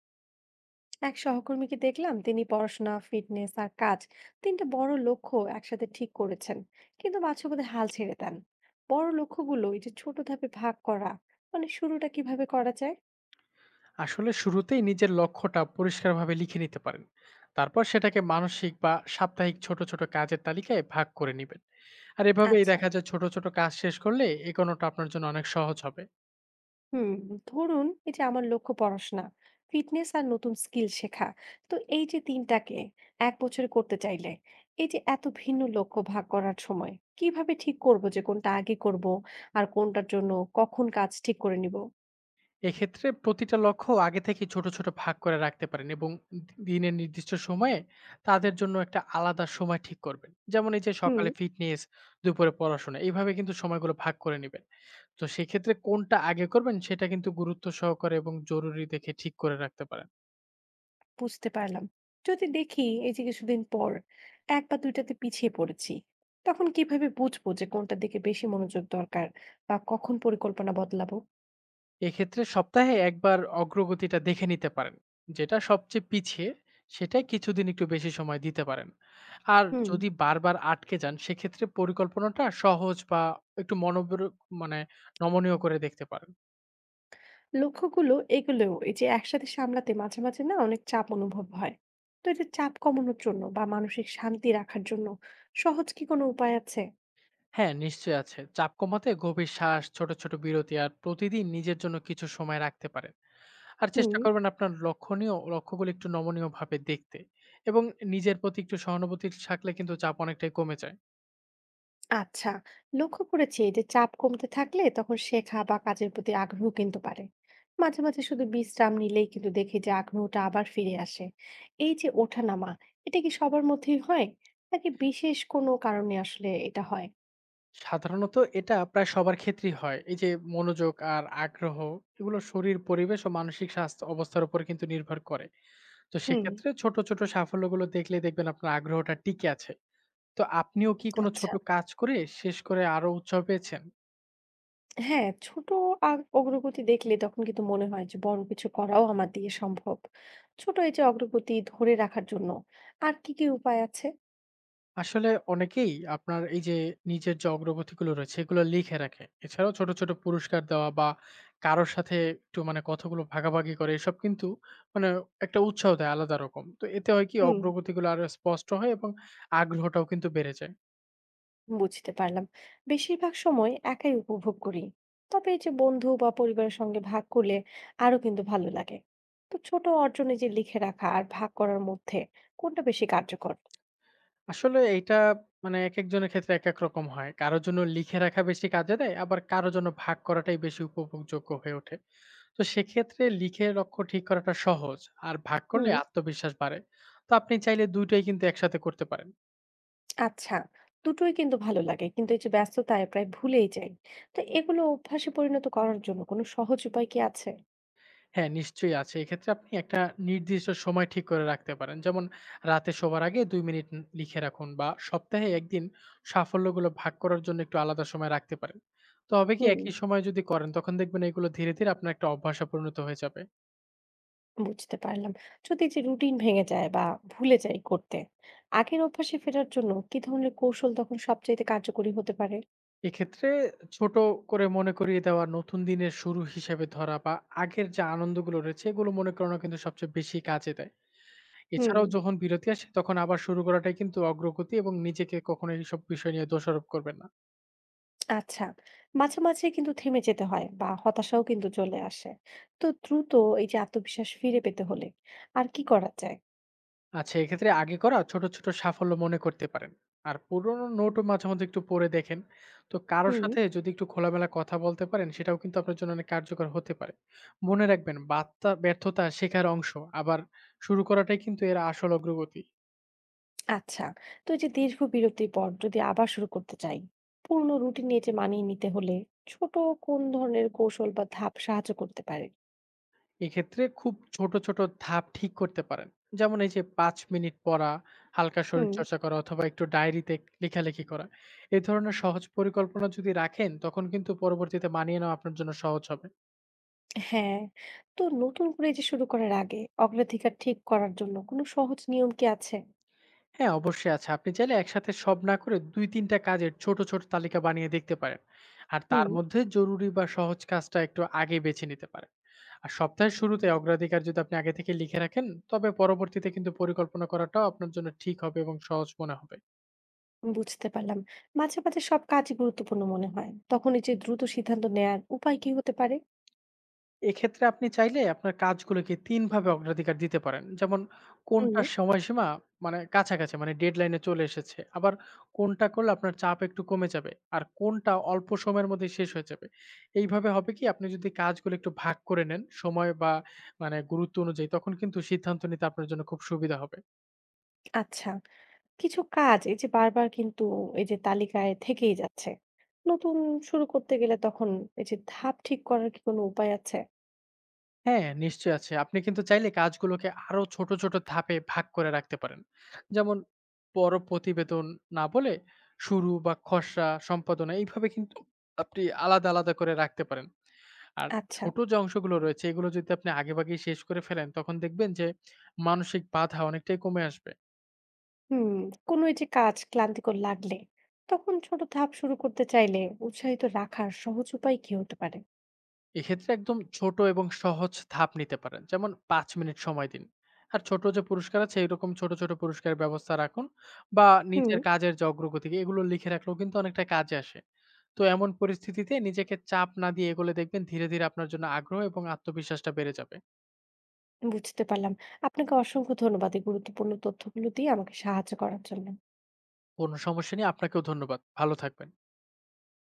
এক সহকর্মীকে দেখলাম তিনি পড়াশোনা, ফিটনেস আর কাজ, তিনটা বড় লক্ষ্য একসাথে ঠিক করেছেন, কিন্তু মাঝপথে হাল ছেড়ে দেন। বড় লক্ষ্যগুলো এই যে ছোট ধাপে ভাগ করা, মানে শুরুটা কিভাবে করা যায়? আসলে শুরুতেই নিজের লক্ষ্যটা পরিষ্কারভাবে লিখে নিতে পারেন। তারপর সেটাকে মানসিক বা সাপ্তাহিক ছোট ছোট কাজের তালিকায় ভাগ করে নেবেন। আর এভাবেই আচ্ছা। দেখা যায় ছোট ছোট কাজ শেষ করলে এগোনোটা আপনার জন্য অনেক সহজ হবে। হুম। ধরুন এই যে আমার লক্ষ্য পড়াশোনা, ফিটনেস আর নতুন স্কিল শেখা। তো এই যে তিনটাকে এক বছরে করতে চাইলে, এই যে এত ভিন্ন লক্ষ্য ভাগ করার সময় কিভাবে ঠিক করব যে কোনটা আগে করব, আর কোনটার জন্য কখন কাজ ঠিক করে নিব? এক্ষেত্রে প্রতিটা লক্ষ্য আগে থেকে ছোট ছোট ভাগ করে রাখতে পারেন এবং দিনের নির্দিষ্ট সময়ে তাদের জন্য একটা আলাদা সময় ঠিক করবেন, যেমন এই যে হুম। সকালে ফিটনেস, দুপুরে পড়াশোনা এইভাবে কিন্তু সময়গুলো ভাগ করে নেবেন। তো সেক্ষেত্রে কোনটা আগে করবেন সেটা কিন্তু গুরুত্ব সহকারে এবং জরুরি দেখে ঠিক করে রাখতে পারেন। বুঝতে পারলাম। যদি দেখি এই যে কিছুদিন পর ১ বা ২ টাতে পিছিয়ে পড়েছি, তখন কিভাবে বুঝবো যে কোনটার দিকে বেশি মনোযোগ দরকার, বা কখন পরিকল্পনা বদলাবো? এক্ষেত্রে সপ্তাহে একবার অগ্রগতিটা দেখে নিতে পারেন। যেটা সবচেয়ে পিছিয়ে সেটাই কিছুদিন একটু বেশি সময় দিতে পারেন। আর হুম। যদি বারবার আটকে যান সেক্ষেত্রে পরিকল্পনাটা সহজ বা একটু মনোবর, মানে নমনীয় করে দেখতে পারেন। লক্ষ্যগুলো এগুলোও এই যে একসাথে সামলাতে মাঝে, মাঝে না অনেক চাপ অনুভব হয়। তো এই যে চাপ কমানোর জন্য বা মানসিক শান্তি রাখার জন্য সহজ কি কোনো উপায় আছে? হ্যাঁ, নিশ্চয়ই আছে। চাপ কমাতে গভীর শ্বাস, ছোট ছোট বিরতি আর প্রতিদিন নিজের জন্য কিছু সময় রাখতে পারেন। আর চেষ্টা হুম। করবেন আপনার লক্ষণীয় লক্ষ্যগুলো একটু নমনীয় ভাবে দেখতে এবং নিজের প্রতি একটু সহানুভূতি থাকলে কিন্তু চাপ অনেকটাই কমে যায়। আচ্ছা, লক্ষ্য করেছি যে চাপ কমতে থাকলে তখন শেখা বা কাজের প্রতি আগ্রহ কিন্তু বাড়ে। মাঝে মাঝে শুধু বিশ্রাম নিলেই কিন্তু দেখি যে আগ্রহটা আবার ফিরে আসে। এই যে ওঠানামা, এটা কি সবার মধ্যেই হয়, নাকি বিশেষ কোনো কারণে আসলে এটা হয়? সাধারণত এটা প্রায় সবার ক্ষেত্রেই হয়। এই যে মনোযোগ আর আগ্রহ, এগুলো শরীর, পরিবেশ ও মানসিক স্বাস্থ্য অবস্থার উপর কিন্তু নির্ভর করে। তো হুম। সেক্ষেত্রে ছোট, ছোট সাফল্যগুলো দেখলেই দেখবেন আপনার আগ্রহটা টিকে আছে। তো আপনিও কি কোনো আচ্ছা। ছোট কাজ করে শেষ করে আরো উৎসাহ পেয়েছেন? হ্যাঁ, ছোট অগ্রগতি দেখলে তখন কিন্তু মনে হয় যে বড় কিছু করাও আমার দিয়ে সম্ভব। ছোট এই যে অগ্রগতি ধরে রাখার জন্য আর কি কি উপায় আছে? আসলে অনেকেই আপনার এই যে নিজের যে অগ্রগতিগুলো রয়েছে এগুলো লিখে রাখে। এছাড়াও ছোট, ছোট পুরস্কার দেওয়া বা কারো সাথে একটু মানে কথাগুলো ভাগাভাগি করে এসব কিন্তু মানে একটা উৎসাহ দেয় আলাদা রকম। তো এতে হয় কি হুম। অগ্রগতিগুলো আরো স্পষ্ট হয় এবং আগ্রহটাও কিন্তু বেড়ে যায়। বুঝতে পারলাম। বেশিরভাগ সময় একাই উপভোগ করি, তবে এই যে বন্ধু বা পরিবারের সঙ্গে ভাগ করলে আরো কিন্তু ভালো লাগে। তো ছোট অর্জনে যে লিখে রাখা আর ভাগ করার মধ্যে কোনটা বেশি কার্যকর? আসলে এইটা মানে একেকজনের ক্ষেত্রে একেক রকম হয়। কারো জন্য লিখে রাখা বেশি কাজে দেয়, আবার কারো জন্য ভাগ করাটাই বেশি উপভোগযোগ্য হয়ে ওঠে। তো সেক্ষেত্রে লিখে লক্ষ্য ঠিক করাটা সহজ, আর ভাগ করলে হুম। আত্মবিশ্বাস বাড়ে। তো আপনি চাইলে দুইটাই কিন্তু একসাথে করতে পারেন। আচ্ছা, দুটোই কিন্তু ভালো লাগে, কিন্তু এই যে ব্যস্ততায় প্রায় ভুলেই যাই। তো এগুলো অভ্যাসে পরিণত করার জন্য কোনো সহজ উপায় কি আছে? হ্যাঁ, নিশ্চয়ই আছে। এক্ষেত্রে আপনি একটা নির্দিষ্ট সময় ঠিক করে রাখতে পারেন, যেমন রাতে শোবার আগে ২ মিনিট লিখে রাখুন, বা সপ্তাহে একদিন সাফল্যগুলো ভাগ করার জন্য একটু আলাদা সময় রাখতে পারেন। তো হবে কি, হুম। একই সময় যদি করেন তখন দেখবেন এগুলো ধীরে ধীরে আপনার একটা অভ্যাসে পরিণত হয়ে যাবে। বুঝতে পারলাম। যদি এই যে রুটিন ভেঙে যায় বা ভুলে যাই করতে, আগের অভ্যাসে ফেরার জন্য কি ধরনের কৌশল তখন সবচাইতে কার্যকরী হতে পারে? এক্ষেত্রে ছোট করে মনে করিয়ে দেওয়া, নতুন দিনের শুরু হিসেবে ধরা বা আগের যে আনন্দগুলো রয়েছে, এগুলো মনে করানো কিন্তু সবচেয়ে বেশি কাজে দেয়। হুম। এছাড়াও যখন বিরতি আসে, তখন আবার শুরু করাটাই কিন্তু অগ্রগতি এবং নিজেকে কখনো এইসব বিষয় নিয়ে দোষারোপ করবেন না। আচ্ছা, মাঝে, মাঝে কিন্তু থেমে যেতে হয় বা হতাশাও কিন্তু চলে আসে। তো দ্রুত এই যে আত্মবিশ্বাস ফিরে পেতে হলে আর কি করা যায়? আচ্ছা, এক্ষেত্রে আগে করা ছোট, ছোট সাফল্য মনে করতে পারেন। আর পুরোনো নোটও মাঝে মধ্যে একটু পড়ে দেখেন। তো কারো হুম। সাথে যদি একটু খোলামেলা কথা বলতে পারেন, সেটাও কিন্তু আপনার জন্য অনেক কার্যকর হতে পারে। মনে রাখবেন, বার্তা ব্যর্থতা শেখার অংশ। আবার শুরু করাটাই কিন্তু এর আসল অগ্রগতি। আচ্ছা। তো এই যে দীর্ঘ বিরতির পর যদি আবার শুরু করতে চাই, পুরনো রুটিন নিয়ে যে মানিয়ে নিতে হলে ছোট কোন ধরনের কৌশল বা ধাপ সাহায্য করতে পারে? এক্ষেত্রে খুব ছোট, ছোট ধাপ ঠিক করতে পারেন। যেমন এই যে ৫ মিনিট পড়া, হালকা হুম। শরীরচর্চা করা অথবা একটু ডায়েরিতে লেখালেখি করা। এ ধরনের সহজ পরিকল্পনা যদি রাখেন তখন কিন্তু পরবর্তীতে মানিয়ে নেওয়া আপনার জন্য সহজ হবে। হ্যাঁ। তো নতুন করে এই যে শুরু করার আগে অগ্রাধিকার ঠিক করার জন্য কোনো সহজ নিয়ম কি আছে? হ্যাঁ, অবশ্যই আছে। আপনি চাইলে একসাথে সব না করে ২-৩ টা কাজের ছোট, ছোট তালিকা বানিয়ে দেখতে পারেন। আর হুম। তার মধ্যে জরুরি বা সহজ কাজটা একটু আগে বেছে নিতে পারেন। আর সপ্তাহের শুরুতে অগ্রাধিকার যদি আপনি আগে থেকে লিখে রাখেন, তবে পরবর্তীতে কিন্তু পরিকল্পনা করাটাও আপনার জন্য ঠিক হবে এবং সহজ মনে হবে। বুঝতে পারলাম। মাঝে, মাঝে সব কাজই গুরুত্বপূর্ণ মনে হয়। তখন এই যে দ্রুত সিদ্ধান্ত নেয়ার উপায় কি হতে পারে? এক্ষেত্রে আপনি চাইলে আপনার কাজগুলোকে ৩ ভাবে অগ্রাধিকার দিতে পারেন। যেমন হুম। কোনটার সময়সীমা মানে কাছাকাছি, মানে ডেডলাইন এ চলে এসেছে। আবার কোনটা করলে আপনার চাপ একটু কমে যাবে। আর কোনটা অল্প সময়ের মধ্যে শেষ হয়ে যাবে। এইভাবে হবে কি, আপনি যদি কাজগুলো একটু ভাগ করে নেন সময় বা মানে গুরুত্ব অনুযায়ী তখন কিন্তু সিদ্ধান্ত নিতে আপনার জন্য খুব সুবিধা হবে। আচ্ছা। কিছু কাজ এই যে বারবার কিন্তু এই যে তালিকায় থেকেই যাচ্ছে। নতুন শুরু করতে গেলে তখন এই যে ধাপ ঠিক করার কি কোনো উপায় আছে? হ্যাঁ, নিশ্চয়ই আছে। আপনি কিন্তু চাইলে কাজগুলোকে আরো ছোট, ছোট ধাপে ভাগ করে রাখতে পারেন। যেমন বড় প্রতিবেদন না বলে, শুরু বা খসড়া সম্পাদনা এইভাবে কিন্তু আপনি আলাদা, আলাদা করে রাখতে পারেন। আর আচ্ছা। ছোট যে অংশগুলো রয়েছে এগুলো যদি আপনি আগেভাগেই শেষ করে ফেলেন তখন দেখবেন যে মানসিক বাধা অনেকটাই কমে আসবে। হুম, কোনো এই যে কাজ ক্লান্তিকর লাগলে তখন ছোট ধাপ শুরু করতে চাইলে উৎসাহিত রাখার সহজ উপায় কি হতে পারে? এক্ষেত্রে একদম ছোট এবং সহজ ধাপ নিতে পারেন, যেমন ৫ মিনিট সময় দিন। আর ছোট যে পুরস্কার আছে এরকম ছোট ছোট পুরস্কারের ব্যবস্থা রাখুন, বা হুম। নিজের কাজের যে অগ্রগতিকে এগুলো লিখে রাখলেও কিন্তু অনেকটা কাজে আসে। তো এমন পরিস্থিতিতে নিজেকে চাপ না দিয়ে এগুলো দেখবেন ধীরে ধীরে আপনার জন্য আগ্রহ এবং আত্মবিশ্বাসটা বেড়ে যাবে। বুঝতে পারলাম। আপনাকে অসংখ্য ধন্যবাদ এই গুরুত্বপূর্ণ তথ্যগুলো দিয়ে আমাকে সাহায্য করার জন্য। কোনো সমস্যা নেই, আপনাকেও ধন্যবাদ, ভালো থাকবেন।